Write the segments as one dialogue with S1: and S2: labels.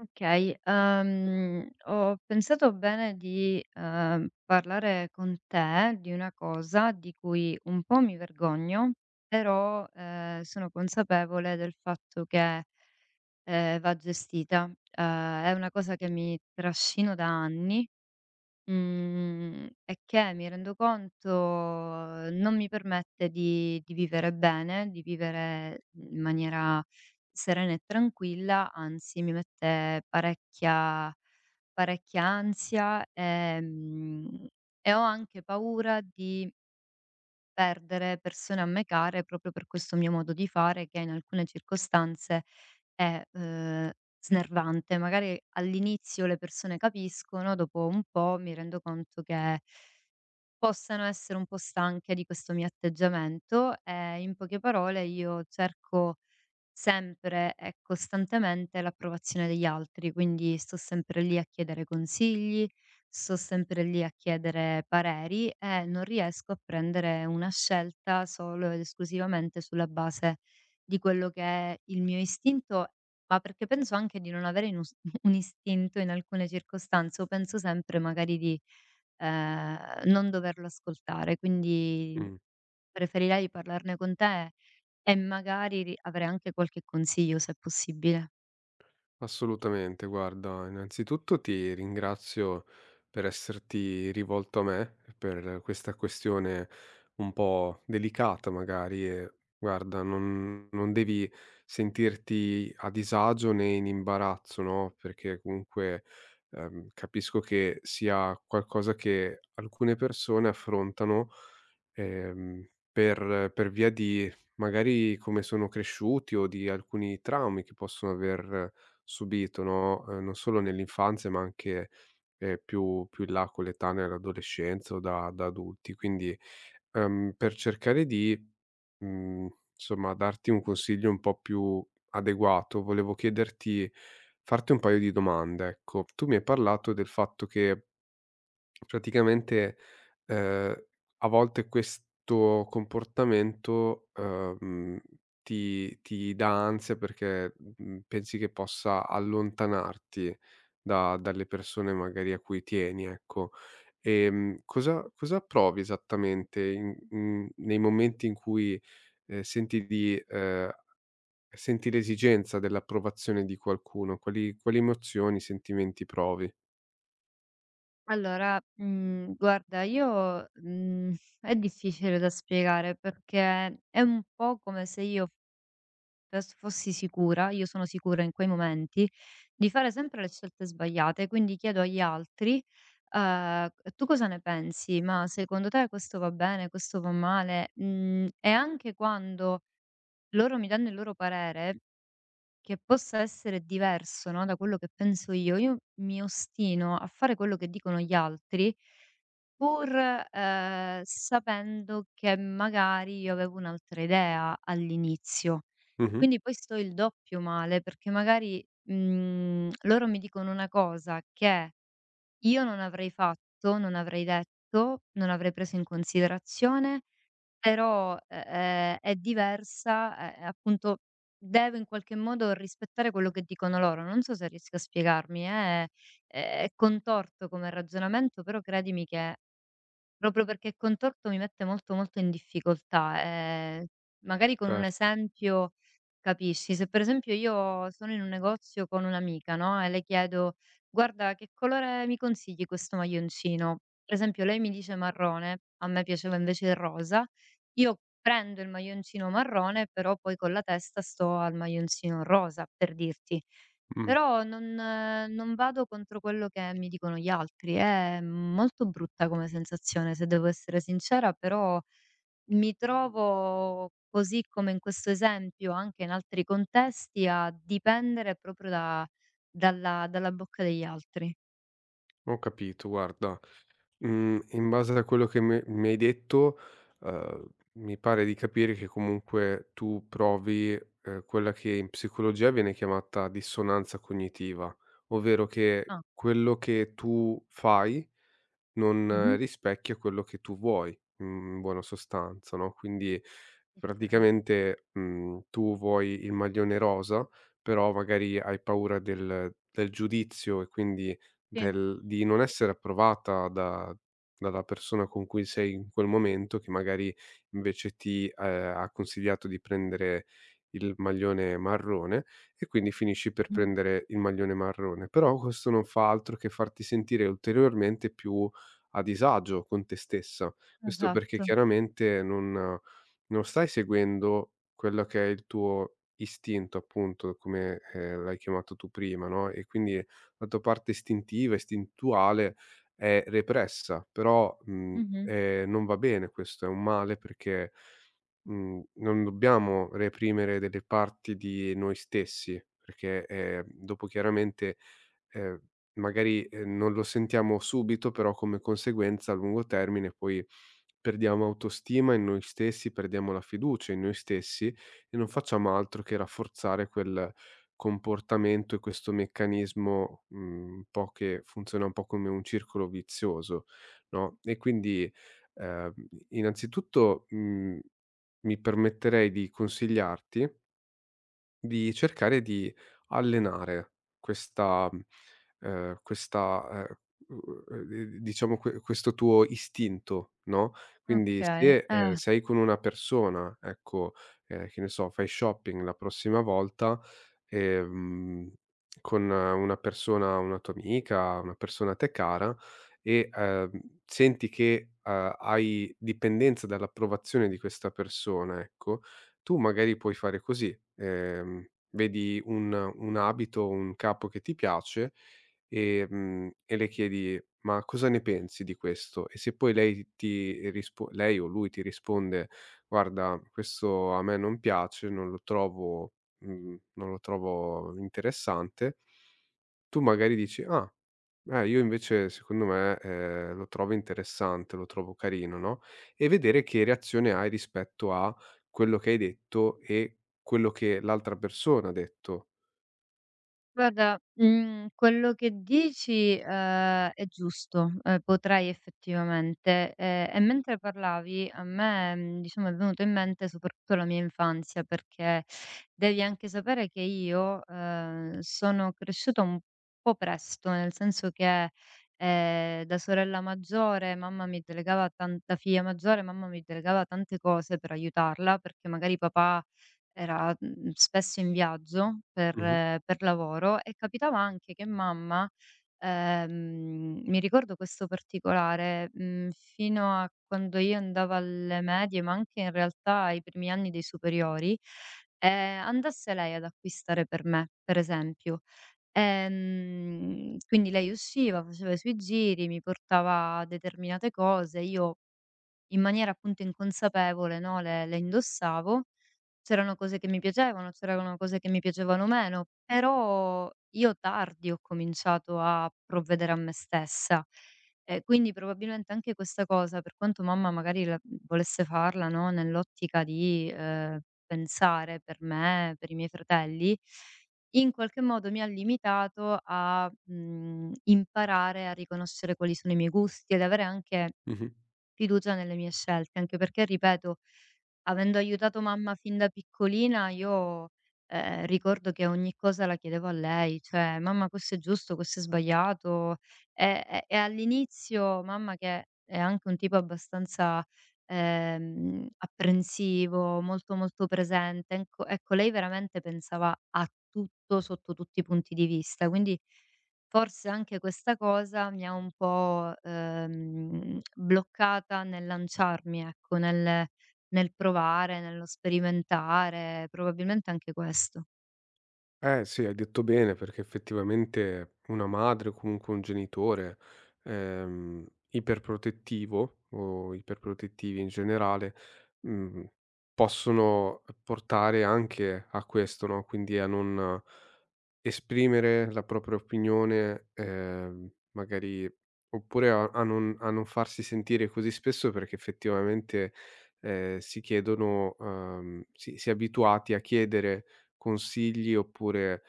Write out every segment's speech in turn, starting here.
S1: Okay, ho pensato bene di, parlare con te di una cosa di cui un po' mi vergogno, però, sono consapevole del fatto che, va gestita. È una cosa che mi trascino da anni. È che mi rendo conto non mi permette di vivere bene, di vivere in maniera serena e tranquilla, anzi mi mette parecchia ansia, e ho anche paura di perdere persone a me care proprio per questo mio modo di fare che in alcune circostanze è, snervante. Magari all'inizio le persone capiscono, dopo un po' mi rendo conto che possano essere un po' stanche di questo mio atteggiamento e in poche parole io cerco sempre e costantemente l'approvazione degli altri, quindi sto sempre lì a chiedere consigli, sto sempre lì a chiedere pareri e non riesco a prendere una scelta solo ed esclusivamente sulla base di quello che è il mio istinto, ma perché penso anche di non avere un istinto in alcune circostanze, o penso sempre magari di eh, non doverlo ascoltare, quindi
S2: Mh.
S1: preferirei parlarne con te e magari ri avrei anche qualche consiglio, se è possibile.
S2: Assolutamente, guarda, innanzitutto ti ringrazio per esserti rivolto a me per questa questione un po' delicata magari e guarda, non devi sentirti a disagio né in imbarazzo, no? Perché comunque capisco che sia qualcosa che alcune persone affrontano ehm, per via di magari come sono cresciuti o di alcuni traumi che possono aver subito, no, non solo nell'infanzia ma anche, più in là con l'età nell'adolescenza o da adulti. Quindi, per cercare di, mhmm, insomma darti un consiglio un po' più adeguato, volevo chiederti farti un paio di domande, ecco. Tu mi hai parlato del fatto che praticamente, ehm, a volte questo comportamento, ti dà ansia perché, pensi che possa allontanarti da dalle persone magari a cui tieni, ecco. Cosa provi esattamente nei momenti in cui, ehm, senti di ehm, senti l'esigenza dell'approvazione di qualcuno? Quali emozioni, sentimenti provi?
S1: Allora, guarda, io è difficile da spiegare perché è un po' come se io fes fossi sicura, io sono sicura in quei momenti, di fare sempre le scelte sbagliate, quindi chiedo agli altri, uhm: "Tu cosa ne pensi? Ma secondo te questo va bene, questo va male?" Mhmm, e anche quando loro mi danno il loro parere che possa essere diverso, no, da quello che penso io mi ostino a fare quello che dicono gli altri pur, sapendo che magari io avevo un'altra idea all'inizio.
S2: Mh-mh,
S1: Quindi poi sto il doppio male perché magari, loro mi dicono una cosa che io non avrei fatto, non avrei detto, non avrei preso in considerazione però, è diversa, e appunto devo in qualche modo rispettare quello che dicono loro. Non so se riesco a spiegarmi, è contorto come ragionamento, però credimi che proprio perché è contorto mi mette molto, molto in difficoltà. Magari con un
S2: certo.
S1: esempio capisci. Se per esempio io sono in un negozio con un'amica, no, e le chiedo: "Guarda, che colore mi consigli questo maglioncino?" Per esempio lei mi dice marrone, a me piaceva invece il rosa, io prendo il maglioncino marrone, però poi con la testa sto al maglioncino rosa, per dirti.
S2: Mh.
S1: Però non vado contro quello che mi dicono gli altri. È molto brutta come sensazione, se devo essere sincera, però mi trovo, così come in questo esempio, anche in altri contesti, a dipendere proprio da dalla bocca degli altri.
S2: Ho capito, guarda, in base a quello che me mi hai detto, uhm, mi pare di capire che comunque tu provi, quella che in psicologia viene chiamata dissonanza cognitiva, ovvero che
S1: Ah.
S2: quello che tu fai non
S1: Mh-mh.
S2: rispecchia quello che tu vuoi, in buona sostanza, no. Quindi
S1: Okay.
S2: praticamente, tu vuoi il maglione rosa, però magari hai paura del giudizio e quindi
S1: Sì.
S2: del di non essere approvata da dalla persona con cui sei in quel momento, che magari invece ha consigliato di prendere il maglione marrone, e quindi finisci per
S1: Mh.
S2: prendere il maglione marrone. Però questo non fa altro che farti sentire ulteriormente più a disagio con te stessa. Questo perché
S1: Esatto.
S2: chiaramente non stai seguendo quello che è il tuo istinto, appunto, come, l'hai chiamato tu prima, no, e quindi la tua parte istintiva, istintuale è repressa. Però,
S1: Mh-mh.
S2: non va bene questo, è un male perché, non dobbiamo reprimere delle parti di noi stessi, perché, dopo chiaramente, ehm, magari, non lo sentiamo subito, però come conseguenza a lungo termine poi perdiamo autostima in noi stessi, perdiamo la fiducia in noi stessi e non facciamo altro che rafforzare quel comportamento e questo meccanismo, un po' che funziona un po' come un circolo vizioso, no. E quindi, ehm, innanzitutto, mi permetterei di consigliarti di cercare di allenare questa questa u diciamo questo tuo istinto, no. Quindi
S1: Okay,
S2: se,
S1: eh.
S2: sei con una persona, ecco, che ne so, fai shopping la prossima volta, ehm, con una persona, una tua amica, una persona a te cara, e, senti che, hai dipendenza dall'approvazione di questa persona, ecco, tu magari puoi fare così: ehm, vedi un abito, un capo che ti piace, e le chiedi: "Ma cosa ne pensi di questo?" E se poi lei o lui ti risponde: "Guarda, questo a me non piace, non lo trovo non lo trovo interessante", tu magari dici: "Ah, io invece secondo me, lo trovo interessante, lo trovo carino", no, e vedere che reazione hai rispetto a quello che hai detto e quello che l'altra persona ha detto.
S1: Guarda, quello che dici, è giusto, potrei effettivamente. E mentre parlavi a me, diciamo è venuto in mente soprattutto la mia infanzia, perché devi anche sapere che io, sono cresciuta un po' presto, nel senso che, da figlia maggiore mamma mi delegava tante cose per aiutarla, perché magari papà era, spesso in viaggio
S2: Mh-mh,
S1: per lavoro e capitava anche che mamma, mi ricordo questo particolare, fino a quando io andavo alle medie, ma anche in realtà ai primi anni dei superiori, andasse lei ad acquistare per me, per esempio. Quindi lei usciva, faceva i suoi giri, mi portava determinate cose, io in maniera appunto inconsapevole, no, le indossavo. C'erano cose che mi piacevano, c'erano cose che mi piacevano meno, però io tardi ho cominciato a provvedere a me stessa. E quindi probabilmente anche questa cosa, per quanto mamma magari la volesse farla, no, nell'ottica di, pensare per me, per i miei fratelli, in qualche modo mi ha limitato a, imparare a riconoscere quali sono i miei gusti, ad avere anche
S2: mh-mh.
S1: fiducia nelle mie scelte, anche perché ripeto, avendo aiutato mamma fin da piccolina io, ricordo che ogni cosa la chiedevo a lei, cioè: "Mamma questo è giusto, questo è sbagliato". E all'inizio mamma, che è anche un tipo abbastanza, apprensivo, molto, molto presente, enco ecco lei veramente pensava a tutto sotto tutti i punti di vista, quindi forse anche questa cosa mi ha un po', bloccata nel lanciarmi, ecco, nel provare, nello sperimentare, probabilmente anche questo.
S2: Eh sì, hai detto bene, perché effettivamente una madre o comunque un genitore iperprotettivo, o iperprotettivi in generale, mh, possono portare anche a questo, no? Quindi a non esprimere la propria opinione, magari, oppure a, a non farsi sentire così spesso, perché effettivamente si è abituati a chiedere consigli, oppure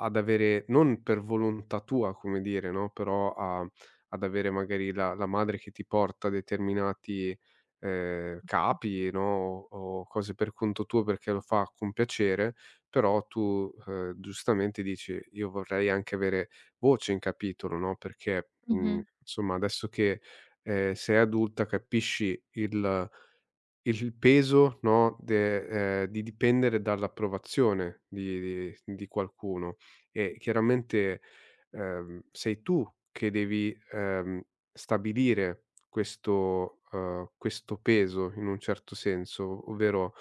S2: ad avere, non per volontà tua, come dire, no, però a ad avere magari la madre che ti porta determinati, capi, no, o cose per conto tuo perché lo fa con piacere, però tu, giustamente dici: "Io vorrei anche avere voce in capitolo", no, perché,
S1: Mh-mh.
S2: insomma adesso che, sei adulta, capisci il peso, no, de di dipendere dall'approvazione di qualcuno. E chiaramente, sei tu che devi, stabilire questo questo peso in un certo senso, ovvero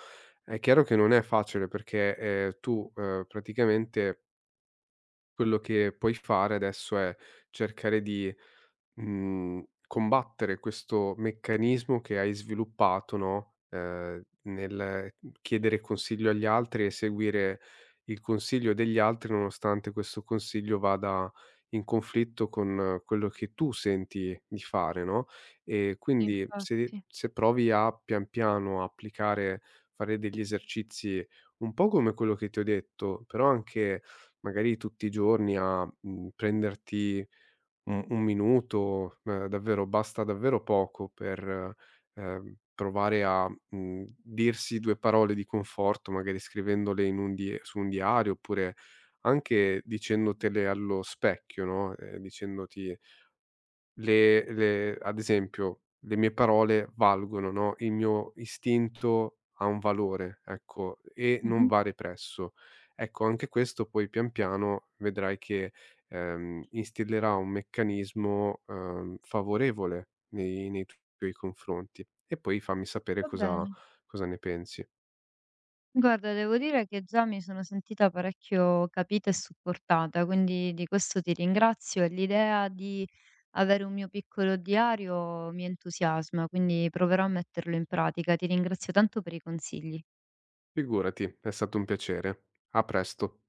S2: è chiaro che non è facile, perché, tu, praticamente quello che puoi fare adesso è cercare di, combattere questo meccanismo che hai sviluppato, no, nel chiedere consiglio agli altri e seguire il consiglio degli altri nonostante questo consiglio vada in conflitto con quello che tu senti di fare, no. E quindi
S1: Infatti.
S2: se provi a pian piano applicare fare degli esercizi un po' come quello che ti ho detto, però anche magari tutti i giorni a, prenderti un minuto, davvero basta davvero poco per, provare a, dirsi 2 parole di conforto, magari scrivendole in un die su un diario, oppure anche dicendotele allo specchio, no, dicendoti le ad esempio: "Le mie parole valgono", no, "il mio istinto ha un valore", ecco, e non
S1: Mh-mh.
S2: va represso. Ecco, anche questo poi pian piano vedrai che, instillerà un meccanismo, favorevole nei tuoi confronti. E poi fammi sapere
S1: Va bene.
S2: cosa ne pensi.
S1: Guarda, devo dire che già mi sono sentita parecchio capita e supportata, quindi di questo ti ringrazio e l'idea di avere un mio piccolo diario mi entusiasma, quindi proverò a metterlo in pratica. Ti ringrazio tanto per i consigli.
S2: Figurati, è stato un piacere. A presto.